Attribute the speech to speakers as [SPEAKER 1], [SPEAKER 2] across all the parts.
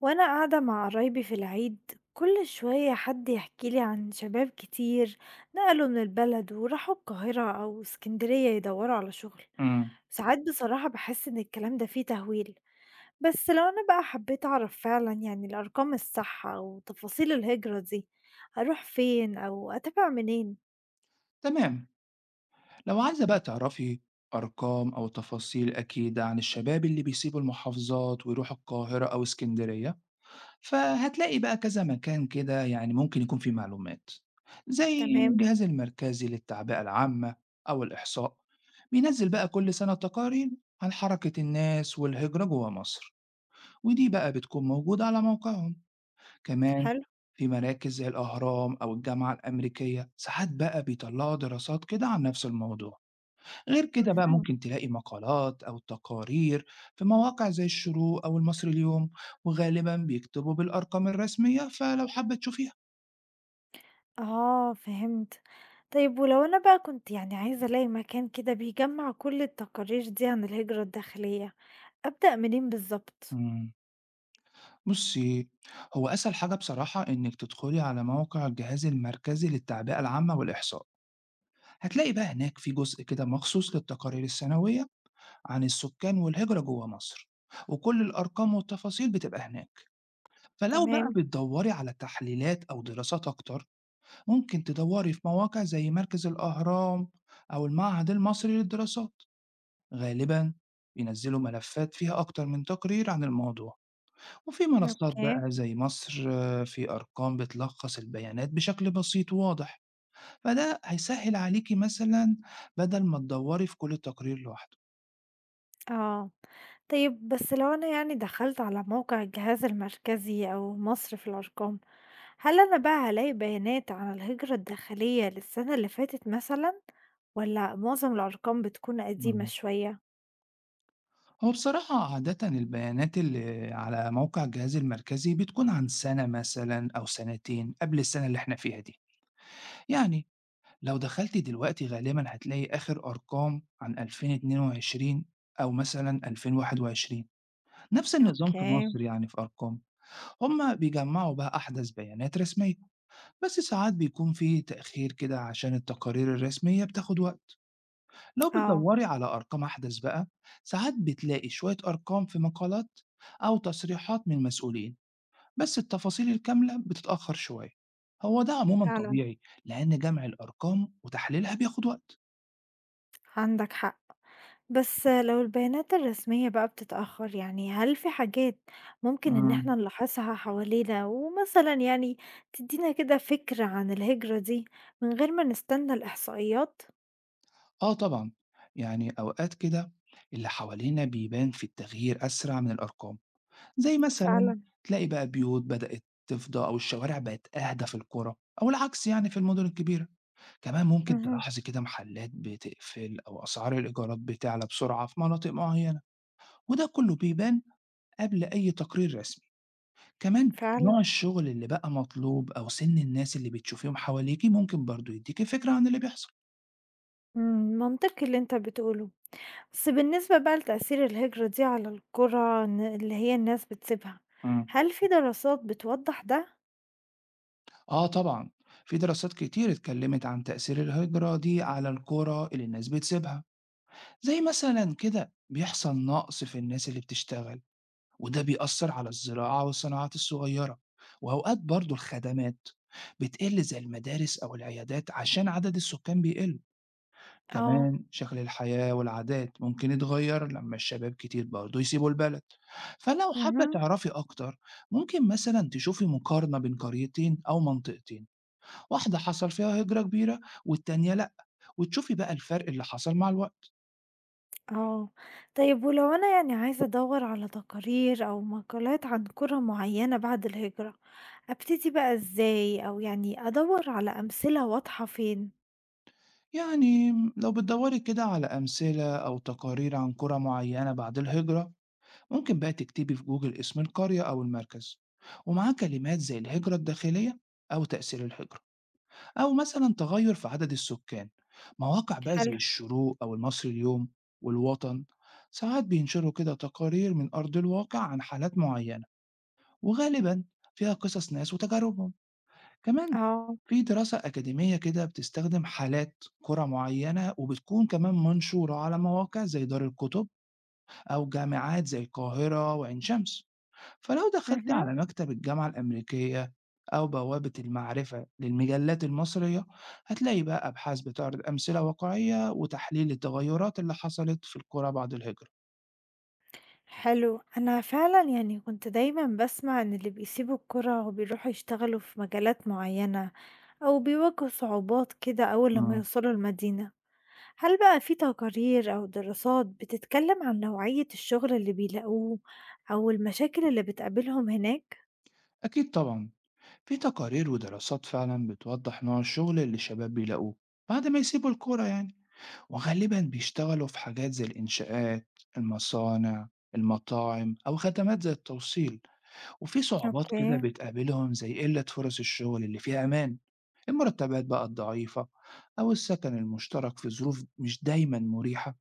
[SPEAKER 1] وانا قاعدة مع قرايبي في العيد، كل شوية حد يحكي لي عن شباب كتير نقلوا من البلد وراحوا القاهرة او اسكندرية يدوروا على شغل.
[SPEAKER 2] إمم،
[SPEAKER 1] ساعات بصراحة بحس ان الكلام ده فيه تهويل، بس لو انا بقى حبيت اعرف فعلا يعني الارقام الصح او تفاصيل الهجرة دي، اروح فين او اتابع منين؟
[SPEAKER 2] تمام. لو عايزة بقى تعرفي أرقام أو تفاصيل أكيدة عن الشباب اللي بيسيبوا المحافظات ويروحوا القاهرة أو إسكندرية، فهتلاقي بقى كذا مكان كده يعني ممكن يكون فيه معلومات، زي
[SPEAKER 1] تمام.
[SPEAKER 2] الجهاز المركزي للتعبئة العامة أو الإحصاء، بينزّل بقى كل سنة تقارير عن حركة الناس والهجرة جوه مصر، ودي بقى بتكون موجودة على موقعهم. كمان
[SPEAKER 1] حلو.
[SPEAKER 2] في مراكز زي الأهرام أو الجامعة الأمريكية ساعات بقى بيطلعوا دراسات كده عن نفس الموضوع. غير كده بقى
[SPEAKER 1] مهم.
[SPEAKER 2] ممكن تلاقي مقالات أو تقارير في مواقع زي الشروق أو المصري اليوم، وغالبا بيكتبوا بالأرقام الرسمية فلو حابة تشوفيها.
[SPEAKER 1] اه، فهمت. طيب ولو انا بقى كنت يعني عايزة الاقي مكان كده بيجمع كل التقارير دي عن الهجرة الداخلية، أبدأ منين بالضبط؟
[SPEAKER 2] مم. بصي، هو أسهل حاجة بصراحة إنك تدخلي على موقع الجهاز المركزي للتعبئة العامة والإحصاء. هتلاقي بقى هناك في جزء كده مخصوص للتقارير السنوية عن السكان والهجرة جوه مصر، وكل الأرقام والتفاصيل بتبقى هناك. فلو بقى
[SPEAKER 1] تمام،
[SPEAKER 2] بتدوري على تحليلات أو دراسات أكتر، ممكن تدوري في مواقع زي مركز الأهرام أو المعهد المصري للدراسات. غالبا بينزلوا ملفات فيها أكتر من تقرير عن الموضوع، وفي منصات
[SPEAKER 1] أوكي،
[SPEAKER 2] بقى زي مصر في أرقام بتلخص البيانات بشكل بسيط وواضح. فده هيسهل عليكي مثلا بدل ما تدوري في كل تقرير لوحده.
[SPEAKER 1] آه، طيب بس لو أنا يعني دخلت على موقع الجهاز المركزي أو مصر في الأرقام، هل أنا بقى هالاقي بيانات عن الهجرة الداخلية للسنة اللي فاتت مثلًا، والّا معظم الأرقام بتكون قديمة
[SPEAKER 2] مم.
[SPEAKER 1] شوية؟
[SPEAKER 2] هو بصراحة عادة البيانات اللي على موقع الجهاز المركزي بتكون عن سنة مثلا أو سنتين قبل السنة اللي احنا فيها دي. يعني لو دخلت دلوقتي غالبا هتلاقي آخر أرقام عن 2022 أو مثلا 2021. نفس النظام في
[SPEAKER 1] أوكي،
[SPEAKER 2] مصر، يعني في أرقام، هما بيجمعوا بقى أحدث بيانات رسمية، بس ساعات بيكون في تأخير كده عشان التقارير الرسمية بتاخد وقت. لو
[SPEAKER 1] آه،
[SPEAKER 2] بتدوري على أرقام أحدث بقى، ساعات بتلاقي شوية أرقام في مقالات أو تصريحات من مسؤولين، بس التفاصيل الكاملة بتتأخر شوية. هو ده عموما
[SPEAKER 1] فعلًا
[SPEAKER 2] طبيعي لأن جمع الأرقام وتحليلها بياخد وقت.
[SPEAKER 1] عندك حق. بس لو البيانات الرسمية بقى بتتأخر، يعني هل في حاجات ممكن إن
[SPEAKER 2] امم،
[SPEAKER 1] احنا نلاحظها حوالينا ومثلا يعني تدينا كده فكرة عن الهجرة دي من غير ما نستنى الإحصائيات؟
[SPEAKER 2] آه طبعا. يعني أوقات كده اللي حوالينا بيبان في التغيير أسرع من الأرقام، زي مثلا
[SPEAKER 1] فعلا.
[SPEAKER 2] تلاقي بقى بيوت بدأت تفضى أو الشوارع بقت أهدى في القرى، أو العكس يعني في المدن الكبيرة. كمان ممكن
[SPEAKER 1] مهم.
[SPEAKER 2] تلاحظي كده محلات بتقفل أو أسعار الإيجارات بتعلى بسرعة في مناطق معينة. وده كله بيبان قبل أي تقرير رسمي. كمان
[SPEAKER 1] فعلا.
[SPEAKER 2] نوع الشغل اللي بقى مطلوب أو سن الناس اللي بتشوفيهم حواليكي ممكن برضو يديكي فكرة عن اللي بيحصل.
[SPEAKER 1] مم، منطقي اللي انت بتقوله. بس بالنسبة بقى لتأثير الهجرة دي على القرى اللي هي الناس بتسيبها،
[SPEAKER 2] مم.
[SPEAKER 1] هل في دراسات بتوضح ده؟
[SPEAKER 2] آه طبعا. في دراسات كتير اتكلمت عن تأثير الهجرة دي على القرى اللي الناس بتسيبها، زي مثلا كده بيحصل نقص في الناس اللي بتشتغل، وده بيأثّر على الزراعة والصناعات الصغيّرة، وأوقات برضه الخدمات بتقِل زي المدارس أو العيادات عشان عدد السكان بيقِل،
[SPEAKER 1] اه.
[SPEAKER 2] كمان شكل الحياة والعادات ممكن يتغيّر لمّا الشباب كتير برضه يسيبوا البلد. فلو حابّة
[SPEAKER 1] مهم.
[SPEAKER 2] تعرفي أكتر، ممكن مثلًا تشوفي مقارنة بين قريتين أو منطقتين، واحدة حصل فيها هجرة كبيرة والتانية لأ، وتشوفي بقى الفرق اللي حصل مع الوقت.
[SPEAKER 1] آه، طيب ولو أنا يعني عايزة أدوّر على تقارير أو مقالات عن قرى معيّنة بعد الهجرة، أبتدي بقى إزاي؟ أو يعني أدوّر على أمثلة واضحة فين؟
[SPEAKER 2] يعني لو بتدوّري كده على أمثلة أو تقارير عن قرى معيّنة بعد الهجرة، ممكن بقى تكتبي في جوجل اسم القرية أو المركز ومعاه كلمات زي الهجرة الداخلية أو تأثير الهجرة أو مثلا تغير في عدد السكان. مواقع بقى زي
[SPEAKER 1] حلو.
[SPEAKER 2] الشروق أو المصري اليوم والوطن ساعات بينشروا كده تقارير من أرض الواقع عن حالات معينة، وغالبا فيها قصص ناس وتجاربهم. كمان
[SPEAKER 1] آه،
[SPEAKER 2] في دراسة أكاديمية كده بتستخدم حالات قرى معينة وبتكون كمان منشورة على مواقع زي دار الكتب أو جامعات زي القاهرة وعين شمس. فلو دخلت
[SPEAKER 1] اهم،
[SPEAKER 2] على مكتب الجامعة الأمريكية أو بوابة المعرفة للمجلات المصرية، هتلاقي بقى أبحاث بتعرض أمثلة واقعية وتحليل التغيرات اللي حصلت في القرى بعد الهجرة.
[SPEAKER 1] حلو، أنا فعلًا يعني كنت دايمًا باسمع إن اللي بيسيبوا القرى وبيروحوا يشتغلوا في مجالات معيّنة أو بيواجهوا صعوبات كده أول لمّا
[SPEAKER 2] مم.
[SPEAKER 1] يوصلوا المدينة. هل بقى في تقارير أو دراسات بتتكلم عن نوعية الشغل اللي بيلاقوه أو المشاكل اللي بتقابلهم هناك؟
[SPEAKER 2] أكيد طبعا. في تقارير ودراسات فعلا بتوضح نوع الشغل اللي الشباب بيلاقوه بعد ما يسيبوا الكورة يعني، وغالبا بيشتغلوا في حاجات زي الإنشاءات، المصانع، المطاعم أو خدمات زي التوصيل. وفي صعوبات كده
[SPEAKER 1] أوكي.
[SPEAKER 2] بتقابلهم زي قلة فرص الشغل اللي فيها أمان، المرتبات بقى الضعيفة، أو السكن المشترك في ظروف مش دايما مريحة.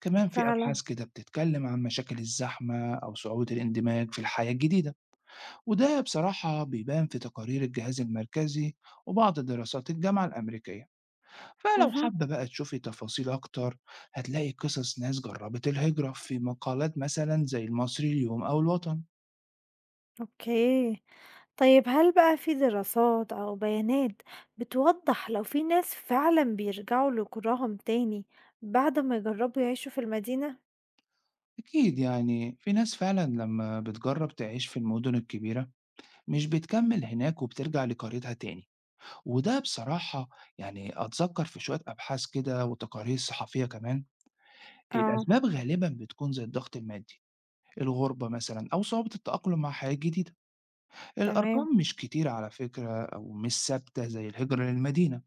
[SPEAKER 2] كمان في
[SPEAKER 1] فعلا.
[SPEAKER 2] أبحاث كده بتتكلم عن مشاكل الزحمة أو صعوبة الاندماج في الحياة الجديدة. وده بصراحة بيبان في تقارير الجهاز المركزي وبعض دراسات الجامعة الأمريكية. فلو
[SPEAKER 1] مهم.
[SPEAKER 2] حابة بقى تشوفي تفاصيل أكتر، هتلاقي قصص ناس جربت الهجرة في مقالات مثلا زي المصري اليوم أو الوطن.
[SPEAKER 1] أوكي، طيب هل بقى في دراسات أو بيانات بتوضح لو في ناس فعلا بيرجعوا لقراهم تاني بعد ما يجربوا يعيشوا في المدينة؟
[SPEAKER 2] أكيد، يعني في ناس فعلا لما بتجرب تعيش في المدن الكبيرة مش بتكمل هناك وبترجع لقريتها تاني. وده بصراحة يعني أتذكر في شوية أبحاث كده وتقارير صحفية كمان.
[SPEAKER 1] اه.
[SPEAKER 2] الأسباب غالبا بتكون زي الضغط المادي، الغربة مثلا، أو صعوبة التأقلم مع حياة جديدة.
[SPEAKER 1] تمام.
[SPEAKER 2] الأرقام مش كتيرة على فكرة أو مش ثابتة زي الهجرة للمدينة،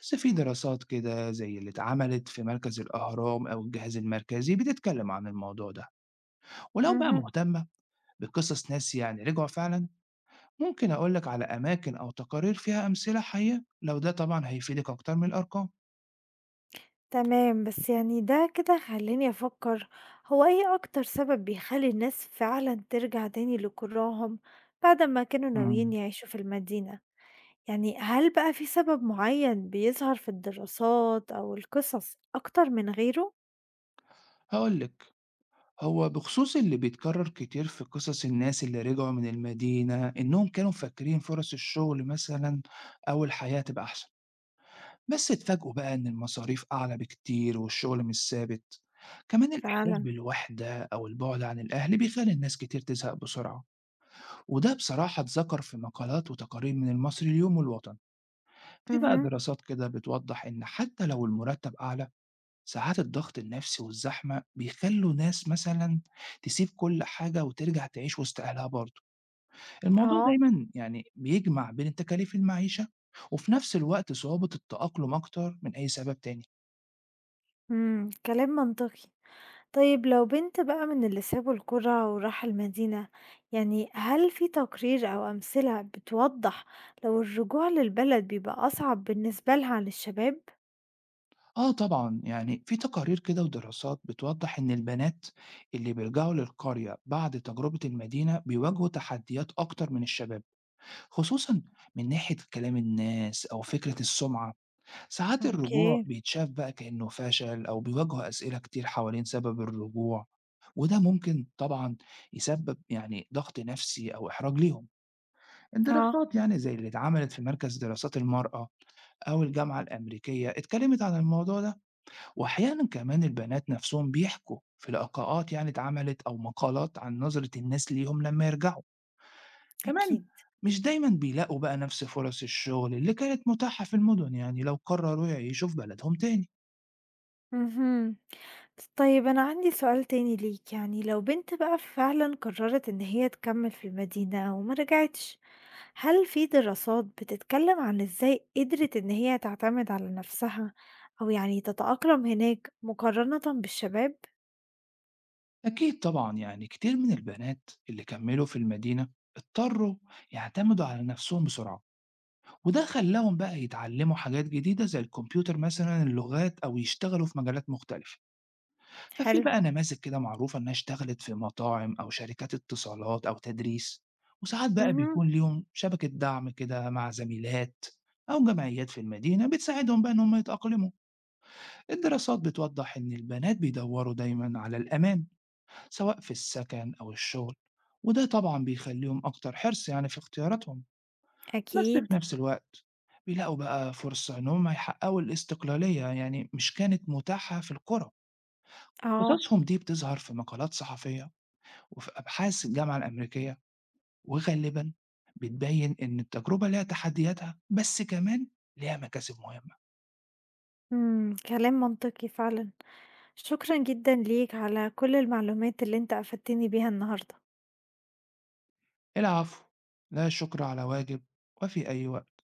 [SPEAKER 2] بس في دراسات كده زي اللي اتعملت في مركز الأهرام أو الجهاز المركزي بتتكلم عن الموضوع ده. ولو بقى
[SPEAKER 1] مهم.
[SPEAKER 2] مهتم بقصص ناس يعني رجعوا فعلا، ممكن أقول لك على أماكن أو تقارير فيها أمثلة حية، لو ده طبعا هيفيدك أكتر من الأرقام.
[SPEAKER 1] تمام، بس يعني ده كده خلّاني أفكّر، هو إيه أكتر سبب بيخلّي الناس فعلًا ترجع تاني لقراهم بعد ما كانوا
[SPEAKER 2] مم.
[SPEAKER 1] ناويين يعيشوا في المدينة؟ يعني هل بقى في سبب معيّن بيظهر في الدراسات أو القصص أكتر من غيره؟
[SPEAKER 2] هقول لك، هو بخصوص اللي بيتكرر كتير في قصص الناس اللي رجعوا من المدينة إنهم كانوا مفكرين فرص الشغل مثلا أو الحياة تبقى أحسن، بس اتفاجئوا بقى إن المصاريف أعلى بكتير والشغل مش ثابت. كمان الإحساس
[SPEAKER 1] فعلًا.
[SPEAKER 2] بالوحدة أو البعد عن الأهل بيخلي الناس كتير تزهق بسرعة. وده بصراحة اتذكر في مقالات وتقارير من المصري اليوم والوطن. في بقى
[SPEAKER 1] اهم.
[SPEAKER 2] دراسات كده بتوضح إن حتى لو المرتب أعلى، ساعات الضغط النفسي والزحمة بيخلوا ناس مثلا تسيب كل حاجة وترجع تعيش وسط أهلها برضه. الموضوع
[SPEAKER 1] آه.
[SPEAKER 2] دايما يعني بيجمع بين تكاليف المعيشة وفي نفس الوقت صعوبة التأقلم أكتر من أي سبب تاني.
[SPEAKER 1] إمم، كلام منطقي. طيب لو بنت بقى من اللي سابوا القرى وراحوا المدينة، يعني هل في تقرير أو أمثلة بتوضح لو الرجوع للبلد بيبقى أصعب بالنسبة لها عن الشباب؟
[SPEAKER 2] آه طبعا، يعني في تقارير كده ودراسات بتوضح إن البنات اللي بيرجعوا للقرية بعد تجربة المدينة بيواجهوا تحديات أكتر من الشباب، خصوصا من ناحية كلام الناس أو فكرة السمعة. ساعات
[SPEAKER 1] اوكي.
[SPEAKER 2] الرجوع بيتشاف بقى كأنه فشل أو بيواجهه أسئلة كتير حوالين سبب الرجوع، وده ممكن طبعا يسبب يعني ضغط نفسي أو إحراج ليهم.
[SPEAKER 1] اه.
[SPEAKER 2] الدراسات يعني زي اللي اتعملت في مركز دراسات المرأة أو الجامعة الأمريكية اتكلمت عن الموضوع ده. وأحيانا كمان البنات نفسهم بيحكوا في لقاءات يعني اتعملت أو مقالات عن نظرة الناس ليهم لما يرجعوا. كمان
[SPEAKER 1] اكيد.
[SPEAKER 2] مش دايما بيلاقوا بقى نفس فرص الشغل اللي كانت متاحة في المدن، يعني لو قرروا يعيشوا في بلدهم تاني.
[SPEAKER 1] مهم. طيب أنا عندي سؤال تاني ليك، يعني لو بنت بقى فعلا قررت إن هي تكمل في المدينة وما رجعتش، هل في دراسات بتتكلم عن إزاي قدرت إن هي تعتمد على نفسها أو يعني تتأقلم هناك مقارنة بالشباب؟
[SPEAKER 2] أكيد طبعا، يعني كتير من البنات اللي كملوا في المدينة اضطروا يعتمدوا على نفسهم بسرعة، وده خلاهم بقى يتعلموا حاجات جديدة زي الكمبيوتر مثلا، اللغات، أو يشتغلوا في مجالات مختلفة. ففي
[SPEAKER 1] حلو،
[SPEAKER 2] بقى نماذج كده معروفة إنها اشتغلت في مطاعم أو شركات اتصالات أو تدريس. وساعات بقى
[SPEAKER 1] اهم،
[SPEAKER 2] بيكون ليهم شبكة دعم كده مع زميلات أو جمعيات في المدينة بتساعدهم بقى إن هم يتأقلموا. الدراسات بتوضح إن البنات بيدوروا دايما على الأمان سواء في السكن أو الشغل، وده طبعا بيخليهم أكتر حرص يعني في اختياراتهم. بس في
[SPEAKER 1] أكيد،
[SPEAKER 2] نفس الوقت بيلاقوا بقى فرصة إن هم يحققوا الاستقلالية يعني مش كانت متاحة في القرى.
[SPEAKER 1] آه،
[SPEAKER 2] قصصهم دي بتظهر في مقالات صحفية وفي أبحاث الجامعة الأمريكية، وغالبا بتبين إن التجربة ليها تحدياتها بس كمان ليها مكاسب مهمة.
[SPEAKER 1] إمم، كلام منطقي فعلًا، شكرًا جدًا ليك على كل المعلومات اللي أنت أفدتني بيها النهارده.
[SPEAKER 2] العفو. لا شكر على واجب. وفي أي وقت.